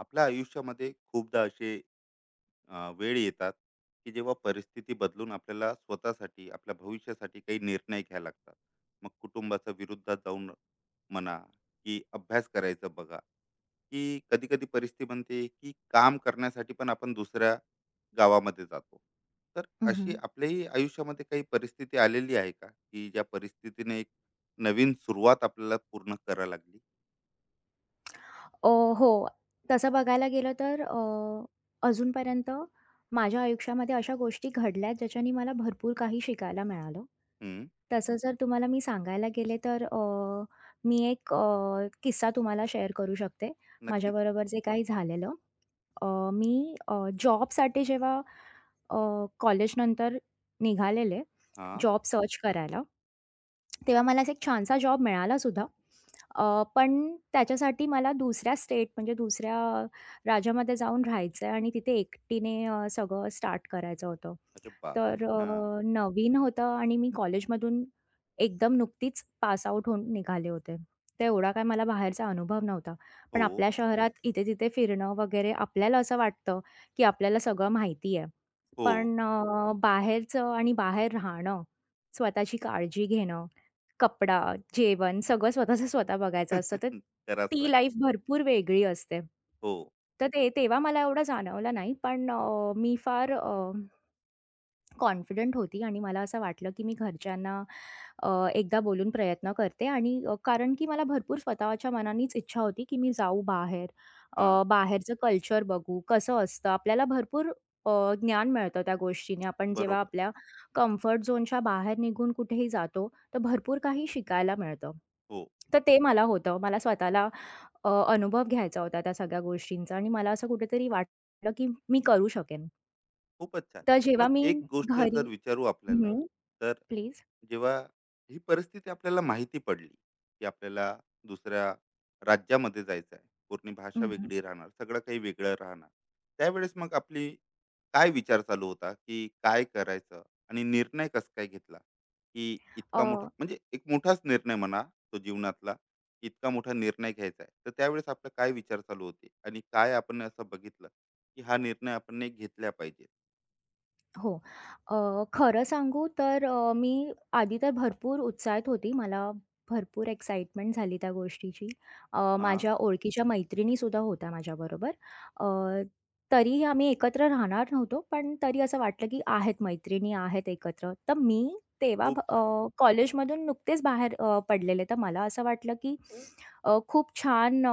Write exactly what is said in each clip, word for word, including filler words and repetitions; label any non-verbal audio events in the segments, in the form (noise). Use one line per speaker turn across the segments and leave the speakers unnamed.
आपल्या आयुष्यामध्ये खूपदा असे अ, वेळ येतात की जेव्हा परिस्थिती बदलून आपल्याला स्वतःसाठी आपल्या भविष्यासाठी काही निर्णय घ्यायला लागतात. मग कुटुंबाच्या विरुद्धात जाऊन म्हणा की अभ्यास करायचं बघा, की कधी कधी परिस्थिती बनते की काम करण्यासाठी पण आपण दुसऱ्या गावामध्ये जातो. तर
हं,
अशी
हं.
आपल्याही आयुष्यामध्ये काही परिस्थिती आलेली आहे का की ज्या परिस्थितीने एक नवीन सुरुवात आपल्याला पूर्ण करायला लागली.
अ, हो. तसं बघायला गेलं तर अ, अजूनपर्यंत माझ्या आयुष्यामध्ये अशा गोष्टी घडल्यात ज्याच्याने मला भरपूर काही शिकायला मिळालं.
हम्म,
तसं जर तुम्हाला मी सांगायला गेले तर अ, मी एक अ, किस्सा तुम्हाला शेअर करू शकते.
नक्कीच.
माझ्याबरोबर जे काही झालेलं. अ, मी अ, जॉबसाठी जेव्हा अ, कॉलेजनंतर निघालेले
हा.
जॉब सर्च करायला तेव्हा मला असा एक छानसा जॉब मिळालासुद्धा. अ, पण त्याच्यासाठी मला दुसऱ्या स्टेट म्हणजे दुसऱ्या राज्यामध्ये जाऊन राहायचं आहे आणि तिथे एकटीने अ, सगळं स्टार्ट करायचं होतं.
अरे बापरे,
तर
हा.
अ, नवीन होतं आणि मी कॉलेजमधून एकदम नुकतीच पास आउट होऊन निघाले होते. तर एवढा काय मला बाहेरचा अनुभव नव्हता. पण
हो,
आपल्या शहरात इथे-तिथे फिरणं वगैरे आपल्याला असं वाटतं, की आपल्याला सगळं माहिती आहे.
हो.
पण अ, बाहेरचं आणि बाहेर राहणं, स्वतःची काळजी घेणं कपडा, जेवण सगळं स्वतःचं स्वतः बघायचं असतं. तर
(laughs) करावंच
ती लाईफ
लागते.
भरपूर वेगळी असते.
हो.
तर ते तेव्हा मला एवढं जाणवलं नाही. पण अ, मी फार अ कॉन्फिडंट होती आणि मला असं वाटलं, की मी घरच्यांना अ, एकदा बोलून प्रयत्न करते आणि अ, कारण की मला भरपूर स्वतःच्या मनानेच इच्छा होती, की मी जाऊ बाहेर,
हा,
अ, बाहेरचं कल्चर बघू, कसं असतं. आपल्याला भरपूर अ, ज्ञान मिळतं त्या गोष्टीने. आपण जेव्हा
बरोबर.
आपल्या कम्फर्ट झोनच्या बाहेर निघून कुठेही जातो, तर भरपूर काही शिकायला मिळतं.
हो.
तर ते मला होतं. मला स्वतःला अ, अनुभव घ्यायचा होता त्या सगळ्या गोष्टींचा आणि मला असं कुठेतरी वाटलं, की मी करू शकेन.
खूपच छान.
तर जेव्हा
मग
मी
एक गोष्ट
घरी
जर विचारू आपल्याला,
हं,
तर
प्लीज.
जेव्हा ही परिस्थिती आपल्याला माहिती पडली, की आपल्याला दुसऱ्या राज्यामध्ये जायचं आहे. पूर्ण भाषा
हं,
वेगळी राहणार, सगळं काही वेगळं राहणार. त्यावेळेस मग आपली काय विचार चालू होता, की काय करायचं आणि निर्णय कसं काय घेतला? की
अ,
इतका मोठा, म्हणजे एक मोठाच निर्णय म्हणा, तो जीवनातला, इतका मोठा निर्णय घ्यायचा आहे. तर त्यावेळेस आपला काय विचार चालू होते आणि काय आपण असं बघितलं, की हा निर्णय आपण नाही घेतला पाहिजे?
हो. अ, खरं सांगू तर अ, मी आधी तर भरपूर उत्साहित होती. मला भरपूर एक्साइटमेंट झाली त्या गोष्टीची. अ,
हां,
माझ्या ओळखीच्या मैत्रिणीसुद्धा होत्या माझ्याबरोबर. अ, तरीही आम्ही एकत्र राहणार नव्हतो, पण तरी असं वाटलं की आहेत मैत्रिणी आहेत एकत्र. तर मी तेव्हा भ
खूप छान.
अ, कॉलेजमधून नुकतेच बाहेर अ, पडलेले. तर मला असं वाटलं की अ, खूप छान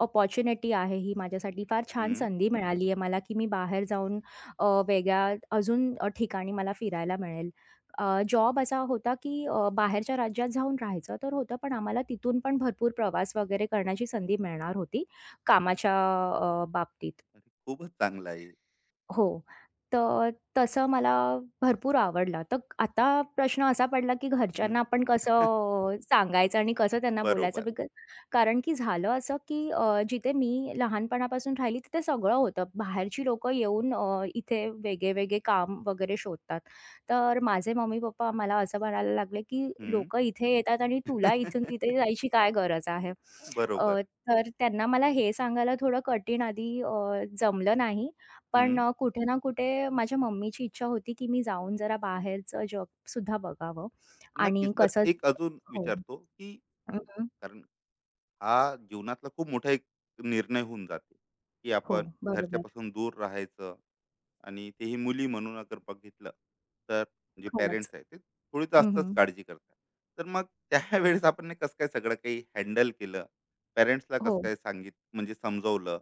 अपॉर्च्युनिटी आहे ही माझ्यासाठी. फार छान
हं.
संधी मिळाली आहे मला, की मी बाहेर जाऊन अ, वेगळ्या अजून अ, ठिकाणी मला फिरायला मिळेल. अ, जॉब असा होता, की अ, बाहेरच्या राज्यात जाऊन राहायचं तर होतं, पण आम्हाला तिथून पण भरपूर प्रवास वगैरे करण्याची संधी मिळणार होती कामाच्या अ, बाबतीत.
अरे, खूपच चांगलं आहे हे.
हो. तर तसं मला भरपूर आवडला. तर आता प्रश्न असा पडला, की घरच्यांना आपण कसं सांगायचं आणि कसं त्यांना बोलायचं?
बरोबर.
बिकॉज कारण की झालं असं, की अ, जिथे मी लहानपणापासून राहिली तिथे सगळं होतं. बाहेरची लोकं येऊन अ, इथे वेगळे-वेगळे काम वगैरे शोधतात. तर माझे मम्मी-पप्पा मला असं म्हणायला लागले, की
हं.
"लोकं इथे येतात आणि तुला इथून तिथे
(laughs)
जायची काय गरज आहे?" अ,
बरोबर.
तर त्यांना मला हे सांगायला थोडं कठीण आधी अ, जमलं नाही. पण
हं.
अ, कुठे ना कुठे माझ्या मम्मीची इच्छा होती, की मी जाऊन जरा बाहेरचं जगसुद्धा बघावं
नक्कीच.
आणि
तर
कसं
एक अजून
हो.
विचारतो, की
हं, हं.
कारण हा जीवनातला खूप मोठा एक निर्णय होऊन जाते, की
हो,
आपण
बरोबर.
घरच्यापासून दूर राहायचं आणि तेही मुली म्हणून अगर बघितलं तर जे
खरंच.
पेरेंट्स आहेत ते थोडी
हं,
जास्तच
हं.
काळजी करतात. तर मग त्यावेळेस (laughs) आपण कसं काय सगळं काही हँडल केलं, पेरेंट्सला कसं
हो.
काय सांगित, म्हणजे समजवलं?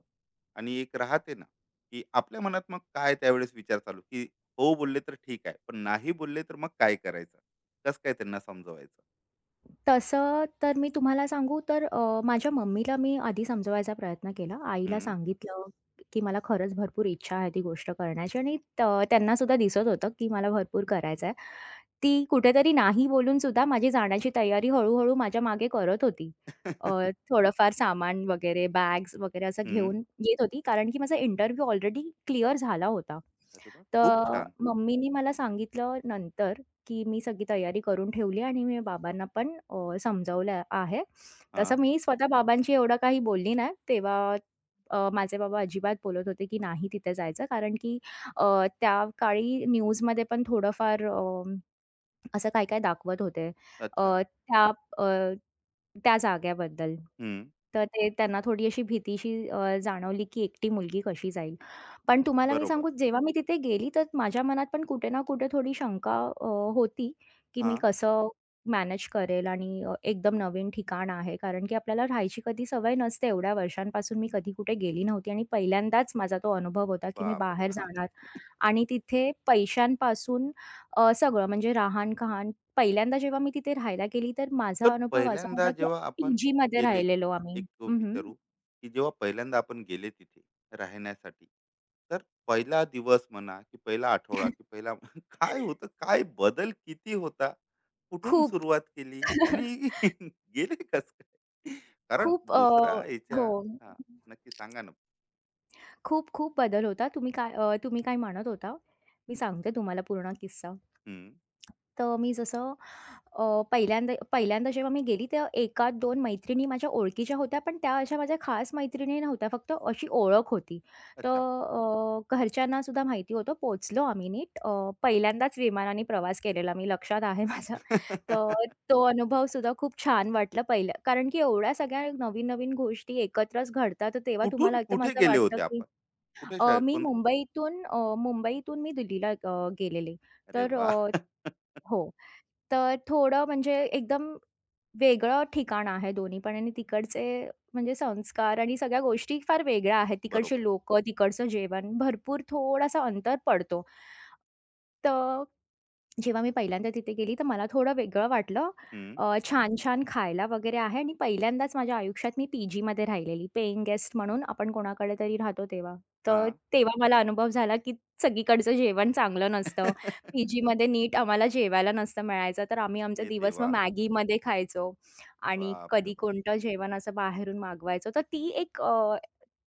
आणि एक राहते ना, की आपल्या मनात मग काय त्यावेळेस विचार चालू, की हो बोलले तर ठीक आहे पण नाही बोलले तर मग काय करायचं, कसं काय त्यांना समजवायचं?
तसं तर मी तुम्हाला सांगू तर अ, माझ्या मम्मीला मी आधी समजवायचा प्रयत्न केला. आईला
हम्म.
सांगितलं, की मला खरंच भरपूर इच्छा आहे ती गोष्ट करण्याची आणि त त्यांना सुद्धा दिसत होतं, की मला भरपूर करायचं आहे. ती कुठेतरी नाही बोलून सुद्धा माझी जाण्याची तयारी हळू-हळू माझ्या मागे करत होती. अ,
(laughs)
थोडंफार सामान वगैरे, बॅग्स वगैरे असं
हम्म.
घेऊन येत होती, कारण की माझा इंटरव्ह्यू ऑलरेडी क्लिअर झाला होता.
अरे वा, खूप
तर
छान.
मम्मीनी मला सांगितलं नंतर, की मी सगळी तयारी करून ठेवली आणि मी बाबांना पण अ, समजावलं आहे.
हा.
तसं मी स्वतः बाबांशी एवढं काही बोलली नाही. तेव्हा अ, माझे बाबा अजिबात बोलत होते की नाही तिथे जायचं कारण की अ, त्या काळी न्यूजमध्ये पण थोडंफार अ, असं काय-काय दाखवत होते. अ,
अच्छा.
त्या अ, त्या जागेबद्दल.
हम्म.
तर ते त्यांना थोडी अशी भीतीशी अ, जाणवली, की एकटी मुलगी कशी जाईल. पण तुम्हाला मी
बरोबर.
सांगू जेव्हा मी तिथे गेली तर माझ्या मनात पण कुठे ना कुठे थोडी शंका अ, होती, की
हा.
मी कसं मॅनेज करेल आणि अ, एकदम नवीन ठिकाण आहे. कारण की आपल्याला राहायची कधी सवय नसते. एवढ्या वर्षांपासून मी कधी कुठे गेली नव्हती आणि पहिल्यांदाच माझा तो अनुभव होता, की मी
बापरे.
बाहेर
(laughs)
जाणार
बाप.
आणि तिथे पैशांपासून अ, सगळं म्हणजे राहाण-खाहाण. पहिल्यांदा जेव्हा मी तिथे राहायला गेली, तर
तर
माझा अनुभव असा
पहिल्यांदा
होता की
जेव्हा आपण
पीजीमध्ये
गेले,
राहिलेलो आम्ही.
एक
हं, हं.
विचारू की जेव्हा पहिल्यांदा आपण गेले तिथे राहण्यासाठी, तर पहिला दिवस म्हणा की पहिला आठवडा की
(laughs)
पहिला (laughs) काय होतं, काय बदल किती होता, कुठून
खूप,
सुरुवात केली आणि
(laughs)
(laughs) गेले कस काय? कारण
खूप अ,
दुसरा याच्या.
हो.
हा, नक्की सांगा ना.
खूप-खूप बदल होता. तुम्ही काय अ, तुम्ही काय म्हणत होता? मी सांगते तुम्हाला पूर्ण किस्सा.
हम्म,
तर मी जसं अ, पहिल्यांदा पहिल्यांदा जेव्हा मी गेली तेव्हा एक आध दोन मैत्रिणी माझ्या ओळखीच्या होत्या, पण त्या अशा माझ्या खास मैत्रिणी नव्हत्या, फक्त अशी ओळख होती. तर
अच्छा.
अ, घरच्यांना सुद्धा माहिती होतं. पोहोचलो आम्ही नीट. अ, पहिल्यांदाच विमानाने प्रवास केलेला मी लक्षात आहे माझं. तर
(laughs)
तो अनुभव सुद्धा खूप छान वाटला पहिलं कारण की एवढ्या सगळ्या नवीन-नवीन गोष्टी एकत्रच घडतात, तर तेव्हा
कुठून
तुम्हाला एकदम
कुठे
असं
गेले
वाटतं
होते
की
आपण, कुठे
अ,
शहर
मी
कोणते?
मुंबईतून अ, मुंबईतून मी दिल्लीला अ, गेलेले.
अरे
तर
वा.
अ,
(laughs)
हो. तर थोडं म्हणजे एकदम वेगळं ठिकाण आहे दोन्ही पण आणि तिकडचे म्हणजे संस्कार आणि सगळ्या गोष्टी फार वेगळ्या आहेत.
बरोबर.
तिकडची लोकं, तिकडचं जेवण भरपूर थोडासा अंतर पडतो. तर जेव्हा मी पहिल्यांदा तिथे गेली, तर मला थोडं वेगळं वाटलं.
हम्म.
अ, छान-छान खायला वगैरे आहे आणि पहिल्यांदाच माझ्या आयुष्यात मी पीजीमध्ये राहिलेली, पेइंग गेस्ट म्हणून आपण कोणाकडे तरी राहतो तेव्हा.
हा.
तर तेव्हा मला अनुभव झाला, की सगळीकडचं जेवण चांगलं नसतं.
(laughs)
पीजीमध्ये नीट आम्हाला जेवायला नसतं मिळायचं, तर आम्ही आमचा
हे
दिवस मग
देवा,
मॅगीमध्ये खायचो आणि
बाप रे
कधी
बाप!
कोणतं जेवण असं बाहेरून मागवायचो. तर ती एक अ,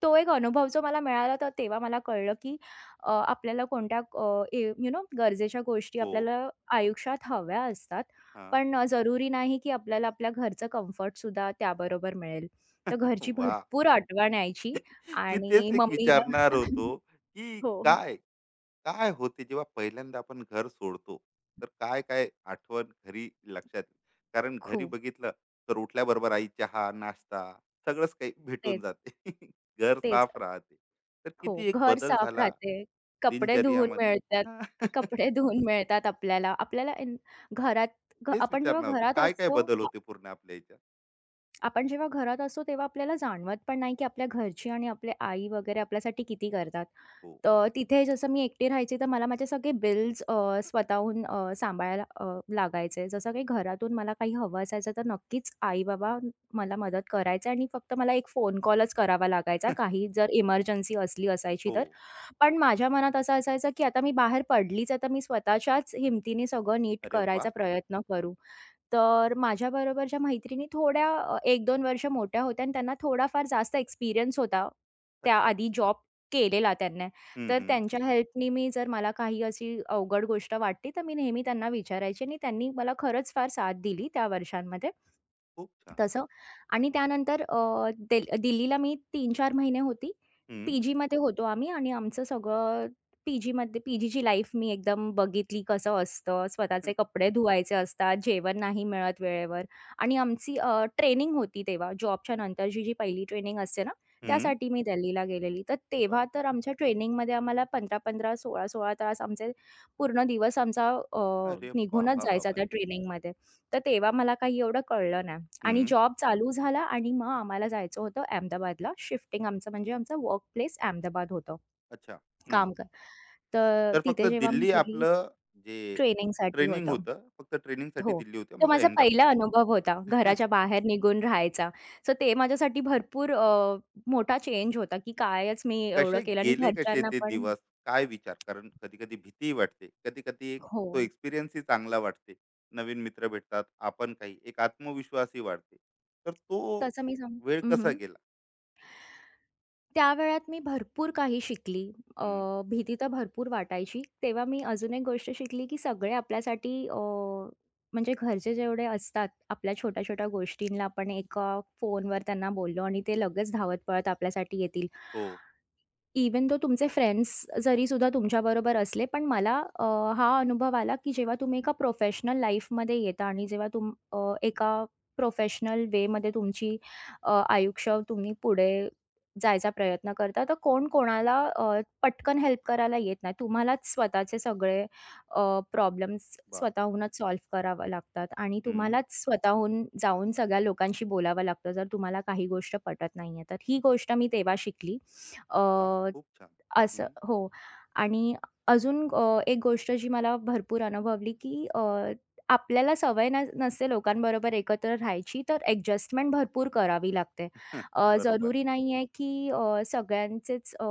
तो एक अनुभव जो मला मिळाला, तर तेव्हा मला कळलं, की अ, आपल्याला कोणत्या अ, ए यू नो गरजेच्या गोष्टी
हो.
आपल्याला आयुष्यात हव्या असतात.
हां.
पण अ, जरुरी नाही की आपल्याला आपल्या घरचं कम्फर्टसुद्धा त्याबरोबर मिळेल. तर घरची
वाह!
भरपूर आठवण
(laughs)
यायची
(laughs) मी
आणि
तेच एक
मम्मीला
विचारणार
(laughs)
होतो, की
हो,
काय, काय होते जेव्हा पहिल्यांदा आपण घर सोडतो, तर काय-काय आठवण घरी लक्षात येते? कारण घरी
खूप.
बघितलं तर उठल्याबरोबर आई चहा, नाश्ता, सगळंच काही भेटून
तेच,
जाते. (laughs) घर
तेच.
साफ राहते. तर
हो,
किती एक
घर
बदल
साफ
झाला
राहते, कपडे धुवून
दिनचर्यामध्ये.
मिळतात.
हां.
कपडे
(laughs)
धुवून मिळतात आपल्याला. आपल्याला इन घरात घ
तेच
आपण जेव्हा
विचारणार होतो.
घरात
काय-काय
असतो
बदल होते पूर्ण आपल्या ह्याच्यात?
आपण जेव्हा घरात असतो तेव्हा आपल्याला जाणवत पण नाही की आपल्या घरची आणि आपले आई वगैरे आपल्यासाठी किती करतात.
हो.
तर तिथे जसं मी एकटी राहायची तर मला माझे सगळे बिल्स अ, स्वतःहून अ, सांभाळायला अ, लागायचे. जसं काही घरातून मला काही हवं असायचं तर नक्कीच आई-बाबा मला मदत करायचे आणि फक्त मला एक फोन कॉलच करावा लागायचा काही जर इमर्जन्सी असली असायची
हो.
तर. पण माझ्या मनात असं असायचं की आता मी बाहेर पडलीच आहे तर मी स्वतःच्याच हिमतीने सगळं नीट
अरे
करायचा
वाह!
प्रयत्न करू. तर माझ्याबरोबरच्या मैत्रिणी थोड्या अ, एक दोन वर्ष मोठ्या होत्या आणि त्यांना थोडाफार जास्त एक्सपिरियन्स होता.
अच्छा.
त्याआधी जॉब केलेला त्यांनी.
हं,
तर
हं.
त्यांच्या हेल्पनी मी जर मला काही अशी अवघड गोष्ट वाटली, तर मी नेहमी त्यांना विचारायची आणि त्यांनी मला खरंच फार साथ दिली त्या वर्षांमध्ये.
खूप छान.
तसं आणि त्यानंतर अ, दिल दिल्लीला मी तीन-चार महिने होती.
हं,
पीजीमध्ये होतो आम्ही आणि आमचं सगळं पीजीमध्ये पीजीची लाईफ मी एकदम बघितली कसं असतं. स्वतःचे कपडे धुवायचे असतात, जेवण नाही मिळत वेळेवर आणि आमची अ, ट्रेनिंग होती तेव्हा जॉबच्या नंतरची जी पहिली ट्रेनिंग असते ना,
हं.
त्यासाठी मी दिल्लीला गेलेली. तर तेव्हा तर
बापरे!
आमच्या ट्रेनिंगमध्ये आम्हाला पंधरा पंधरा, सोळा सोळा तास आमचे पूर्ण दिवस आमचा अ,
अरे
निघूनच
बाबा,
जायचा
बाबा
त्या
रे!
ट्रेनिंगमध्ये. तर तेव्हा मला काही एवढं कळलं नाही आणि
हं.
जॉब चालू झाला आणि मग आम्हाला जायचं होतं अहमदाबादला. शिफ्टिंग आमचं म्हणजे आमचं वर्क प्लेस अहमदाबाद होतं.
अच्छा. हं.
काम कर तर
तर फक्त
तिथे जेव्हा मी
दिल्ली
गेली
आपलं जे
ट्रेनिंगसाठी
ट्रेनिंग
होतं.
होतं, फक्त ट्रेनिंगसाठी
हो.
दिल्ली होती,
तो
मग
माझा पहिला
अहमदाबाद.
अनुभव होता घराच्या
(laughs)
बाहेर निघून राहायचा. सो ते माझ्यासाठी भरपूर अ, मोठा चेंज होता, की कायच मी एवढं
कसे
केलं आणि
गेले, कसे
घरच्यांना
ते
पण
दिवस? काय विचार? कारण कधी-कधी भीतीही वाटते. कधी-कधी एक
हो.
तो एक्सपिरियन्सही चांगला वाटते. नवीन मित्र भेटतात, आपण काही एक आत्मविश्वासही वाढते. तर तो
तसं मी सांग
वेळ कसा गेला?
त्या वेळात मी भरपूर काही शिकली. अ,
हं.
भीती तर भरपूर वाटायची. तेव्हा मी अजून एक गोष्ट शिकली, की सगळे आपल्यासाठी अ, म्हणजे घरचे जेवढे असतात, आपल्या छोट्या-छोट्या गोष्टींना आपण एका फोनवर त्यांना बोललो आणि ते लगेच धावत पळत आपल्यासाठी येतील.
हो.
इवन दो तुमचे फ्रेंड्स जरी सुद्धा तुमच्याबरोबर असले, पण मला अ, हा अनुभव आला, की जेव्हा तुम्ही एका प्रोफेशनल लाईफमध्ये येता आणि जेव्हा तुम अ, एका प्रोफेशनल वेमध्ये तुमची अ, आयुष्य तुम्ही पुढे जायचा प्रयत्न करता, तर कोण कोणाला अ, पटकन हेल्प करायला येत नाही. तुम्हालाच स्वतःचे सगळे प्रॉब्लेम्स
बापरे!
स्वतःहूनच सॉल्व्ह करावे लागतात आणि
हं.
तुम्हालाच स्वतःहून जाऊन सगळ्या लोकांशी बोलावं लागतं, जर तुम्हाला काही गोष्ट पटत नाहीये. तर ही गोष्ट मी तेव्हा शिकली. अ,
वाह! खूप छान.
असं.
हं.
हो. आणि अजून अ, एक गोष्ट जी मला भरपूर अनुभवली, की अ, आपल्याला सवय न नसते लोकांबरोबर एकत्र राहायची, तर ॲडजस्टमेंट भरपूर करावी लागते.
(laughs)
अ,
बरोबर.
जरुरी नाही आहे, की अ, सगळ्यांचेच अ,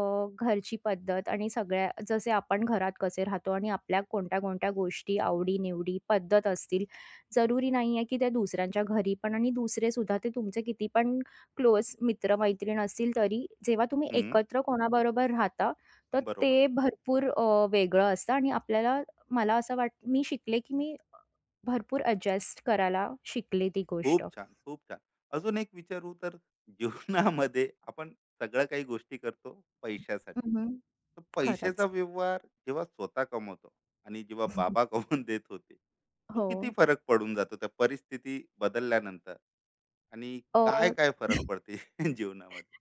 घरची पद्धत आणि सगळ्या जसे आपण घरात कसे राहतो आणि आपल्या कोणत्या-कोणत्या गोष्टी, आवडी-निवडी, पद्धत असतील, जरुरी नाही आहे, की त्या दुसऱ्यांच्या घरी पण आणि दुसरेसुद्धा ते तुमचे किती पण क्लोज मित्र-मैत्रीण असतील तरी, जेव्हा तुम्ही
हं.
एकत्र कोणाबरोबर राहता, तर
बरोबर.
ते भरपूर अ, वेगळं असतं आणि आपल्याला मला असं वाट मी शिकले, की मी भरपूर अॅडजस्ट करायला शिकले ती गोष्ट.
खूप छान, खूप छान. अजून एक विचारू, तर जीवनामध्ये आपण सगळ्या काही गोष्टी करतो पैशासाठी.
हं,
तर पैशाचा
खरंच.
व्यवहार जेव्हा स्वतः कमवतो आणि जेव्हा बाबा
(laughs)
कमवून देत होते, तो
हो.
किती फरक पडून जातो त्या परिस्थिती बदलल्यानंतर? आणि
अ,
काय-काय फरक
(laughs)
पडते (laughs) जीवनामध्ये?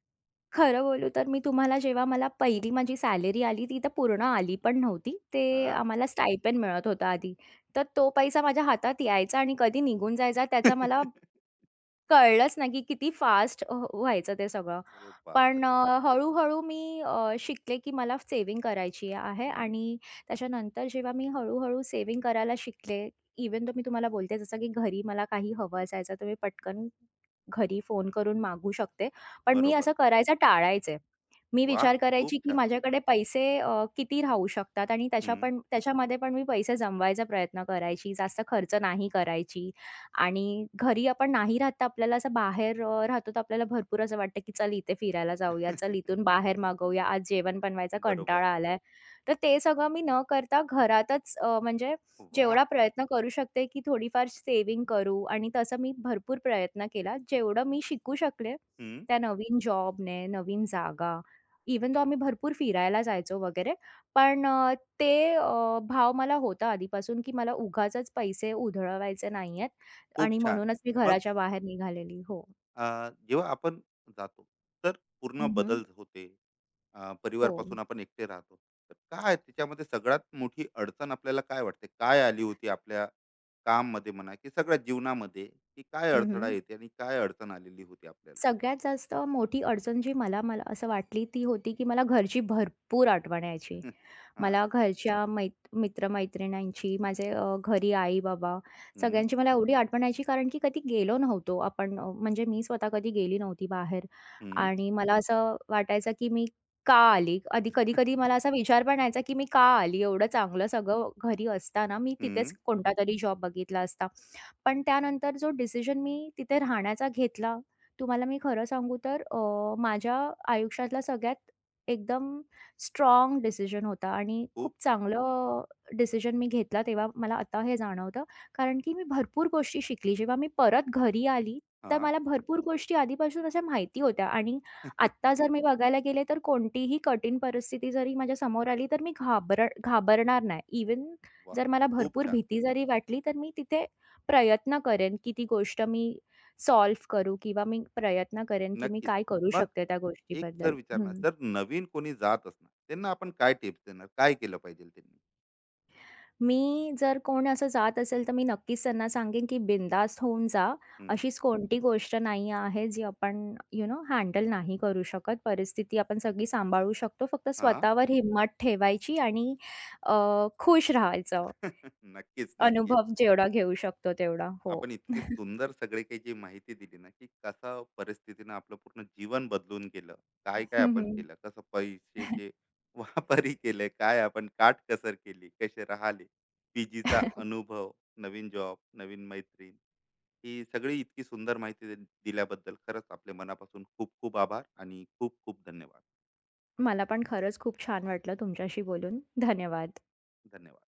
खरं बोलू तर मी तुम्हाला जेव्हा मला पहिली माझी सॅलरी आली, ती तर पूर्ण आली पण नव्हती. ते
हां.
आम्हाला स्टायपेंड मिळत होतं आधी. तर तो पैसा माझ्या हातात यायचा आणि कधी निघून जायचा त्याचा मला
(laughs)
कळलंच नाही, की किती फास्ट अ, व्हायचं ते सगळं.
अरे
पण
बापरे!
अ, हळू मी अ, शिकले, की मला सेव्हिंग करायची आहे
हं.
आणि त्याच्यानंतर जेव्हा मी हळू-हळू सेव्हिंग करायला शिकले, इव्हन तर मी तुम्हाला बोलते जसं की घरी मला काही हवं असायचं तर मी पटकन घरी फोन करून मागू शकते. पण मी
बरोबर.
असं करायचं टाळायचे. मी
वाह!
विचार
खूप
करायची, की
छान.
माझ्याकडे पैसे अ, किती राहू शकतात आणि त्याच्या
हं.
पण त्याच्यामध्ये पण मी पैसे जमवायचा प्रयत्न करायची, जास्त खर्च नाही करायची आणि घरी आपण नाही राहत तर आपल्याला असं बाहेर अ, राहतो तर आपल्याला भरपूर असं वाटतं, की चल इथे फिरायला जाऊया, चल इथून
(laughs)
बाहेर मागवूया, आज जेवण बनवायचा
बरोबर.
कंटाळा आलाय. तर ते सगळं मी न करता घरातच अ, म्हणजे
वाह!
जेवढा प्रयत्न करू शकते, की थोडीफार सेव्हिंग करू आणि तसं मी भरपूर प्रयत्न केला. जेवढं मी शिकू शकले
हं.
त्या नवीन जॉबने, नवीन जागा इवन तो आम्ही भरपूर फिरायला जायचो वगैरे, पण अ, ते अ, भाव मला होता आधीपासून, की मला उगाचच पैसे उधळवायचे नाहीयेत
खूप
आणि
छान.
म्हणूनच मी
मग
घराच्या बाहेर निघालेली. हो.
अ, जेव्हा आपण जातो तर पूर्ण
हं, हं.
बदल होते. अ,
हो.
परिवारपासून आपण एकटे राहतो, तर काय त्याच्यामध्ये सगळ्यात मोठी अडचण आपल्याला काय वाटते, काय आली होती आपल्या काम मध्ये म्हणा की सगळ्या जीवनामध्ये, की काय
हं,
अडथळा
हं.
येते आणि काय अडचण आलेली होती आपल्याला?
सगळ्यात जास्त मोठी अडचण जी मला मला असं वाटली ती होती, की मला घरची भरपूर आठवण यायची.
(laughs) हा.
मला घरच्या मै मित्र-मैत्रिणींची, माझे अ, घरी आई-बाबा
हम्म.
सगळ्यांची मला एवढी आठवण यायची कारण की कधी गेलो नव्हतो आपण अ, म्हणजे मी स्वतः कधी गेली नव्हती बाहेर
हम्म.
आणि मला असं वाटायचं, की मी का आली? आधी कधी-कधी मला असा विचार पण यायचा, की मी का आली? एवढं चांगलं सगळं घरी असताना मी तिथेच
हम्म.
कोणतातरी जॉब बघितला असता. पण त्यानंतर जो डिसिजन मी तिथे राहण्याचा घेतला तुम्हाला मी खरं सांगू तर अ, माझ्या आयुष्यातला सगळ्यात एकदम स्ट्रॉंग डिसिजन होता आणि खूप
खूप छान.
चांगलं डिसिजन मी घेतला तेव्हा मला आता हे जाणवतं. कारण की मी भरपूर गोष्टी शिकली. जेव्हा मी परत घरी आली, तर
हा.
मला भरपूर गोष्टी आधीपासून अशा माहिती होत्या आणि
(laughs)
आत्ता जर मी बघायला गेले तर कोणतीही कठीण परिस्थिती जरी माझ्या समोर आली, तर मी घाबर घाबरणार नाही. इव्हन
वा,
जर मला
खूप
भरपूर
छान.
भीती जरी वाटली, तर मी तिथे प्रयत्न करेन की ती गोष्ट मी सॉल्व्ह करू किंवा मी प्रयत्न करेन, की मी
नक्कीच.
काय करू
मग
शकते त्या
एक
गोष्टीबद्दल.
जर विचारणार,
हं.
जर नवीन कोणी जात असणार त्यांना आपण काय टिप्स देणार, काय केलं पाहिजे त्यांनी?
मी जर कोण असं जात असेल, तर मी नक्कीच त्यांना सांगेन, की बिनधास्त होऊन जा.
हम्म.
अशीच कोणती गोष्ट नाही आहे जी आपण यू नो हँडल नाही करू शकत. परिस्थिती आपण सगळी सांभाळू शकतो. फक्त
हा.
स्वतःवर हिंमत ठेवायची आणि अ, खुश राहायचं.
(laughs) नक्कीच, नक्की.
अनुभव जेवढा घेऊ शकतो तेवढा. हो.
आपण इतकी सुंदर सगळी काही जी माहिती दिली ना, की कसा परिस्थितीनं आपलं पूर्ण जीवन बदलून गेलं. काय-काय
हं,
आपण
हं.
केलं, कसं पैशाचे (laughs) वापरही केले, काय आपण काटकसर केली, कसे राहिले, पीजीचा
(laughs)
अनुभव, नवीन जॉब, नवीन मैत्रीण, ही सगळी इतकी सुंदर माहिती दि दिल्याबद्दल खरंच आपले मनापासून खूप-खूप आभार आणि खूप-खूप धन्यवाद.
मला पण खरंच खूप छान वाटलं तुमच्याशी बोलून. धन्यवाद.
धन्यवाद.